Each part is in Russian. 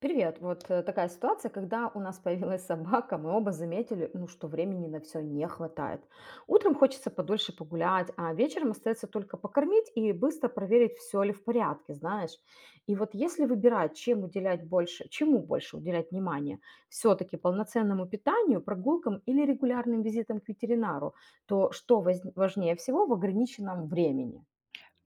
Привет. Такая ситуация, когда у нас появилась собака, мы оба заметили, ну, что времени на все не хватает. Утром хочется подольше погулять, а вечером остается только покормить и быстро проверить, все ли в порядке, знаешь. И вот если выбирать, чем уделять больше, чему больше уделять внимание, все-таки полноценному питанию, прогулкам или регулярным визитам к ветеринару, то что важнее всего в ограниченном времени?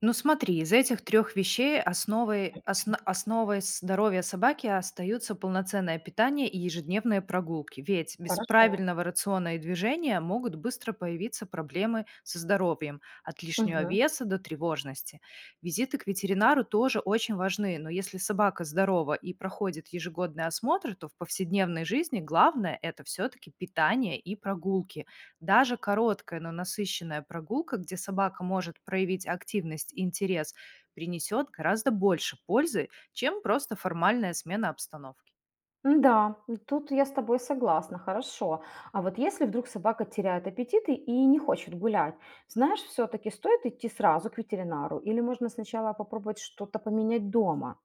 Ну смотри, из этих трех вещей основой здоровья собаки остаются полноценное питание и ежедневные прогулки. Ведь без Хорошо. правильного рациона и движения могут быстро появиться проблемы со здоровьем, от лишнего Мгм. веса до тревожности. Визиты к ветеринару тоже очень важны, но если собака здорова и проходит ежегодный осмотр, то в повседневной жизни главное — это все-таки питание и прогулки. Даже короткая, но насыщенная прогулка, где собака может проявить активность и интерес, принесет гораздо больше пользы, чем просто формальная смена обстановки. Да, тут я с тобой согласна, хорошо. А вот если вдруг собака теряет аппетит и не хочет гулять, знаешь, все таки стоит идти сразу к ветеринару или можно сначала попробовать что-то поменять дома?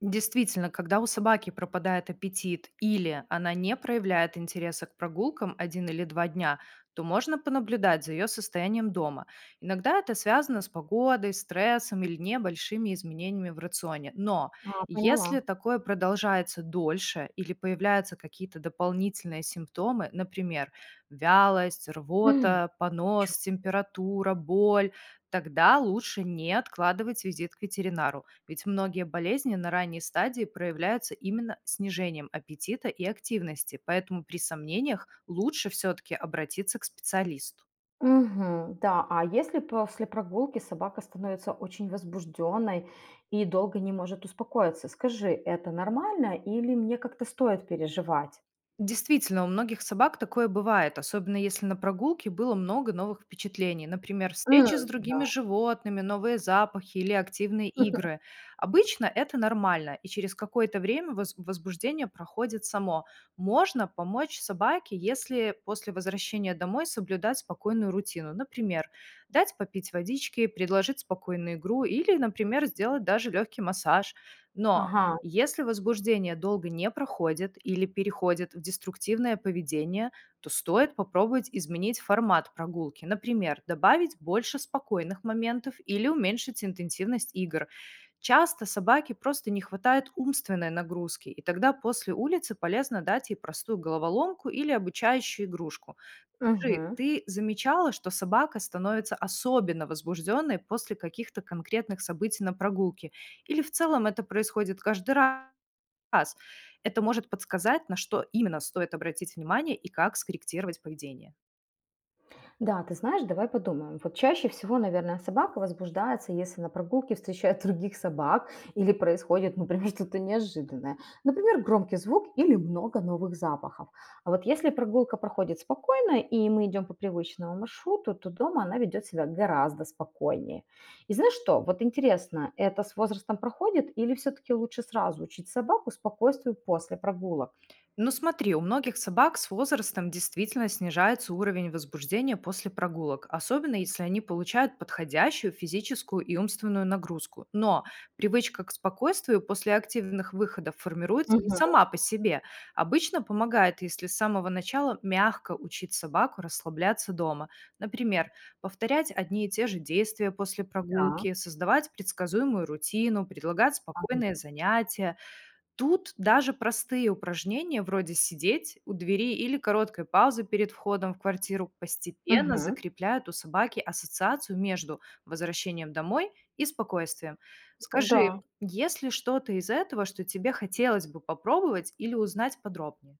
Действительно, когда у собаки пропадает аппетит или она не проявляет интереса к прогулкам один или два дня, то можно понаблюдать за ее состоянием дома. Иногда это связано с погодой, стрессом или небольшими изменениями в рационе. Но А, если поняла. такое продолжается дольше или появляются какие-то дополнительные симптомы, например, вялость, М. рвота, Чё? понос, температура, боль, тогда лучше не откладывать визит к ветеринару. Ведь многие болезни на ранней стадии проявляются именно снижением аппетита и активности, поэтому при сомнениях лучше все-таки обратиться к специалисту. Мгм. Да, а если после прогулки собака становится очень возбужденной и долго не может успокоиться, скажи, это нормально или мне как-то стоит переживать? Действительно, у многих собак такое бывает, особенно если на прогулке было много новых впечатлений. Например, М, встречи с другими да. животными, новые запахи или активные игры. Обычно это нормально, и через какое-то время возбуждение проходит само. Можно помочь собаке, если после возвращения домой соблюдать спокойную рутину. Например, дать попить водички, предложить спокойную игру или, например, сделать даже легкий массаж. Но Ага. если возбуждение долго не проходит или переходит в деструктивное поведение, то стоит попробовать изменить формат прогулки. Например, добавить больше спокойных моментов или уменьшить интенсивность игр. Часто собаке просто не хватает умственной нагрузки, и тогда после улицы полезно дать ей простую головоломку или обучающую игрушку. Скажи, Мгм. ты замечала, что собака становится особенно возбужденной после каких-то конкретных событий на прогулке? Или в целом это происходит каждый раз? Это может подсказать, на что именно стоит обратить внимание и как скорректировать поведение. Да, ты знаешь, давай подумаем. Вот чаще всего, наверное, собака возбуждается, если на прогулке встречает других собак или происходит, например, что-то неожиданное. Например, громкий звук или много новых запахов. А вот если прогулка проходит спокойно и мы идем по привычному маршруту, то дома она ведет себя гораздо спокойнее. И знаешь что, вот интересно, это с возрастом проходит или все-таки лучше сразу учить собаку спокойствию после прогулок? Ну смотри, у многих собак с возрастом действительно снижается уровень возбуждения после прогулок, особенно если они получают подходящую физическую и умственную нагрузку. Но привычка к спокойствию после активных выходов формируется не Мгм. сама по себе. Обычно помогает, если с самого начала мягко учить собаку расслабляться дома. Например, повторять одни и те же действия после Да. прогулки, создавать предсказуемую рутину, предлагать спокойные Ага. занятия. Тут даже простые упражнения, вроде сидеть у двери или короткой паузы перед входом в квартиру, постепенно Мгм. закрепляют у собаки ассоциацию между возвращением домой и спокойствием. Скажи, Да. есть ли что-то из этого, что тебе хотелось бы попробовать или узнать подробнее?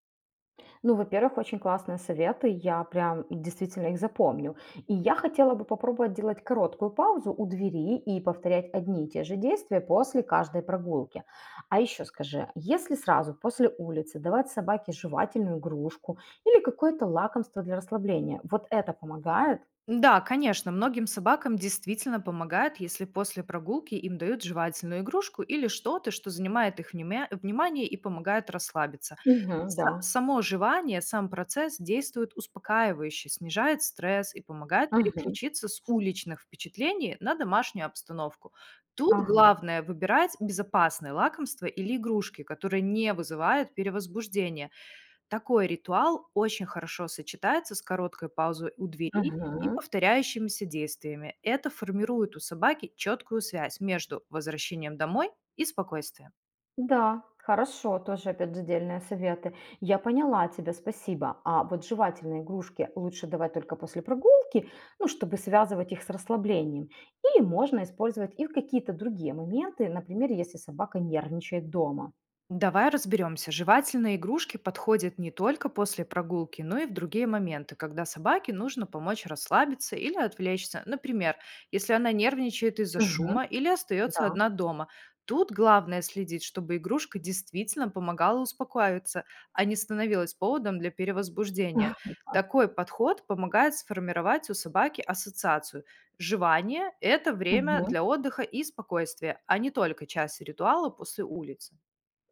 Ну, во-первых, очень классные советы, я прям действительно их запомню. И я хотела бы попробовать делать короткую паузу у двери и повторять одни и те же действия после каждой прогулки. А еще скажи, если сразу после улицы давать собаке жевательную игрушку или какое-то лакомство для расслабления, вот это помогает? Да, конечно, многим собакам действительно помогает, если после прогулки им дают жевательную игрушку или что-то, что занимает их внимание и помогает расслабиться. Мгм, да. Само жевание, сам процесс действует успокаивающе, снижает стресс и помогает Мгм, переключиться с уличных впечатлений на домашнюю обстановку. Тут ага. главное выбирать безопасные лакомства или игрушки, которые не вызывают перевозбуждения. Такой ритуал очень хорошо сочетается с короткой паузой у двери и Мгм. повторяющимися действиями. Это формирует у собаки четкую связь между возвращением домой и спокойствием. Да, хорошо, тоже опять же дельные советы. Я поняла тебя, спасибо. А вот жевательные игрушки лучше давать только после прогулки, ну, чтобы связывать их с расслаблением. Или можно использовать и в какие-то другие моменты, например, если собака нервничает дома. Давай разберемся. Жевательные игрушки подходят не только после прогулки, но и в другие моменты, когда собаке нужно помочь расслабиться или отвлечься. Например, если она нервничает из-за Мгм. шума или остается Да. одна дома. Тут главное следить, чтобы игрушка действительно помогала успокоиться, а не становилась поводом для перевозбуждения. Такой подход помогает сформировать у собаки ассоциацию. Жевание — это время для отдыха и спокойствия, а не только часть ритуала после улицы.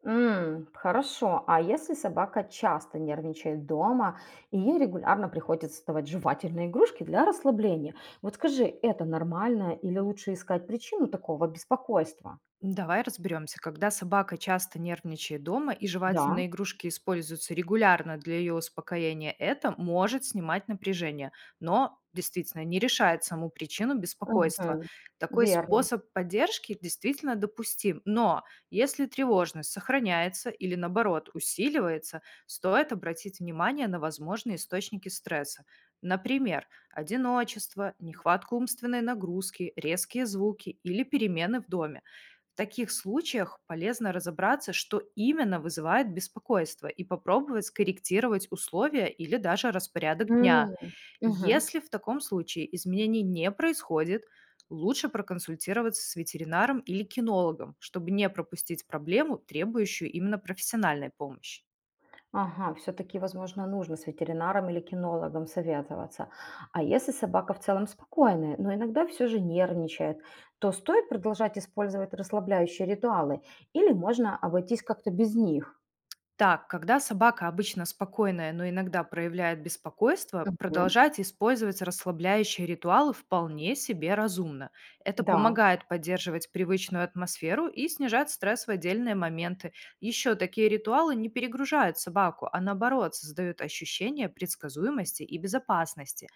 М, хорошо. А если собака часто нервничает дома, и ей регулярно приходится давать жевательные игрушки для расслабления, вот скажи, это нормально или лучше искать причину такого беспокойства? Давай разберемся. Когда собака часто нервничает дома и Да. жевательные игрушки используются регулярно для ее успокоения, это может снимать напряжение, но действительно не решает саму причину беспокойства. Мгм. Такой Верно. способ поддержки действительно допустим, но если тревожность сохраняется или наоборот усиливается, стоит обратить внимание на возможные источники стресса. Например, одиночество, нехватка умственной нагрузки, резкие звуки или перемены в доме. В таких случаях полезно разобраться, что именно вызывает беспокойство, и попробовать скорректировать условия или даже распорядок М, дня. мгм. Если в таком случае изменений не происходит, лучше проконсультироваться с ветеринаром или кинологом, чтобы не пропустить проблему, требующую именно профессиональной помощи. Ага, все-таки, возможно, нужно с ветеринаром или кинологом советоваться. А если собака в целом спокойная, но иногда все же нервничает, то стоит продолжать использовать расслабляющие ритуалы или можно обойтись как-то без них? Так, когда собака обычно спокойная, но иногда проявляет беспокойство, Мгм. продолжать использовать расслабляющие ритуалы вполне себе разумно. Это Да, помогает поддерживать привычную атмосферу и снижать стресс в отдельные моменты. Еще такие ритуалы не перегружают собаку, а наоборот создают ощущение предсказуемости и безопасности.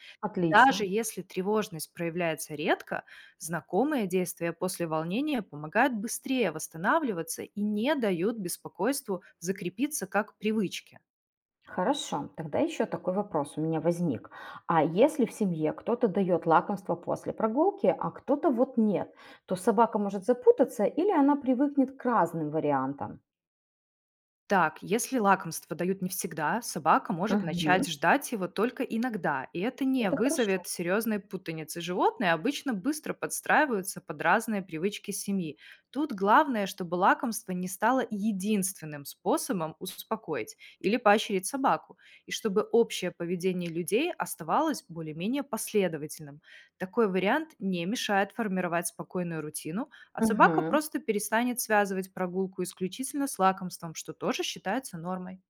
Даже отлично. если тревожность проявляется редко, знакомые действия после волнения помогают быстрее восстанавливаться и не дают беспокойству закрепиться как привычке. Хорошо, тогда еще такой вопрос у меня возник. А если в семье кто-то дает лакомство после прогулки, а кто-то вот нет, то собака может запутаться или она привыкнет к разным вариантам? Так, если лакомство дают не всегда, собака может Мгм. начать ждать его только иногда, и это не Это хорошо. вызовет серьезной путаницы. Животные обычно быстро подстраиваются под разные привычки семьи. Тут главное, чтобы лакомство не стало единственным способом успокоить или поощрить собаку, и чтобы общее поведение людей оставалось более-менее последовательным. Такой вариант не мешает формировать спокойную рутину, а собака Мгм. просто перестанет связывать прогулку исключительно с лакомством, что тоже считается нормой.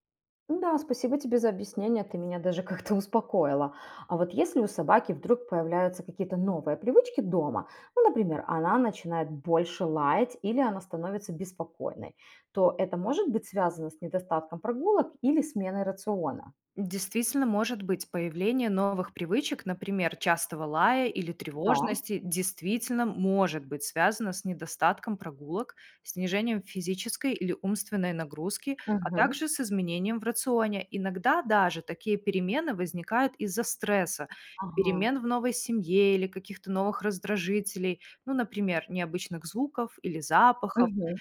Да, спасибо тебе за объяснение, ты меня даже как-то успокоила. А вот если у собаки вдруг появляются какие-то новые привычки дома, ну, например, она начинает больше лаять или она становится беспокойной, то это может быть связано с недостатком прогулок или сменой рациона? Действительно может быть появление новых привычек, например, частого лая или Да. тревожности, действительно может быть связано с недостатком прогулок, снижением физической или умственной нагрузки, а Мгм. также с изменением в рационе. Иногда даже такие перемены возникают из-за стресса, Ага. перемен в новой семье или каких-то новых раздражителей, ну, например, необычных звуков или запахов. Мгм.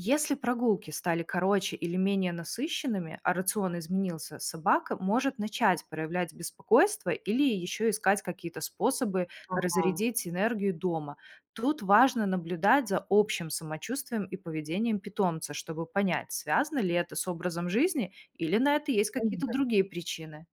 Если прогулки стали короче или менее насыщенными, а рацион изменился, собака может начать проявлять беспокойство или еще искать какие-то способы Ага. разрядить энергию дома. Тут важно наблюдать за общим самочувствием и поведением питомца, чтобы понять, связано ли это с образом жизни или на это есть какие-то другие причины.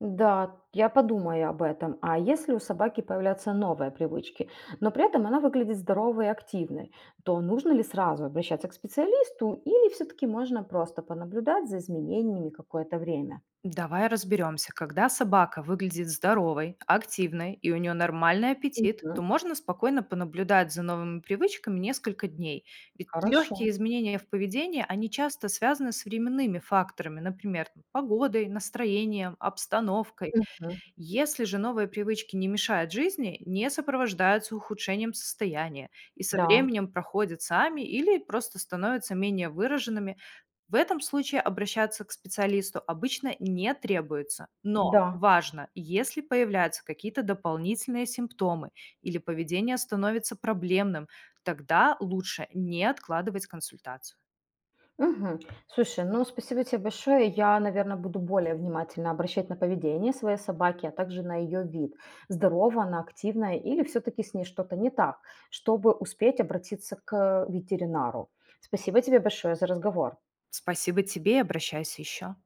Да, я подумаю об этом. А если у собаки появляются новые привычки, но при этом она выглядит здоровой и активной, то нужно ли сразу обращаться к специалисту или все-таки можно просто понаблюдать за изменениями какое-то время? Давай разберемся. Когда собака выглядит здоровой, активной и у нее нормальный аппетит, Мгм. то можно спокойно понаблюдать за новыми привычками несколько дней. Ведь легкие Хорошо. изменения в поведении, они часто связаны с временными факторами, например, там, погодой, настроением, обстановкой. Мгм. Если же новые привычки не мешают жизни, не сопровождаются ухудшением состояния и со Да, временем проходят сами или просто становятся менее выраженными, в этом случае обращаться к специалисту обычно не требуется, но да. важно, если появляются какие-то дополнительные симптомы или поведение становится проблемным, тогда лучше не откладывать консультацию. Мгм. Слушай, ну спасибо тебе большое. Я, наверное, буду более внимательно обращать на поведение своей собаки, а также на ее вид. Здорова она, активная или все-таки с ней что-то не так, чтобы успеть обратиться к ветеринару. Спасибо тебе большое за разговор. Спасибо тебе и обращайся еще.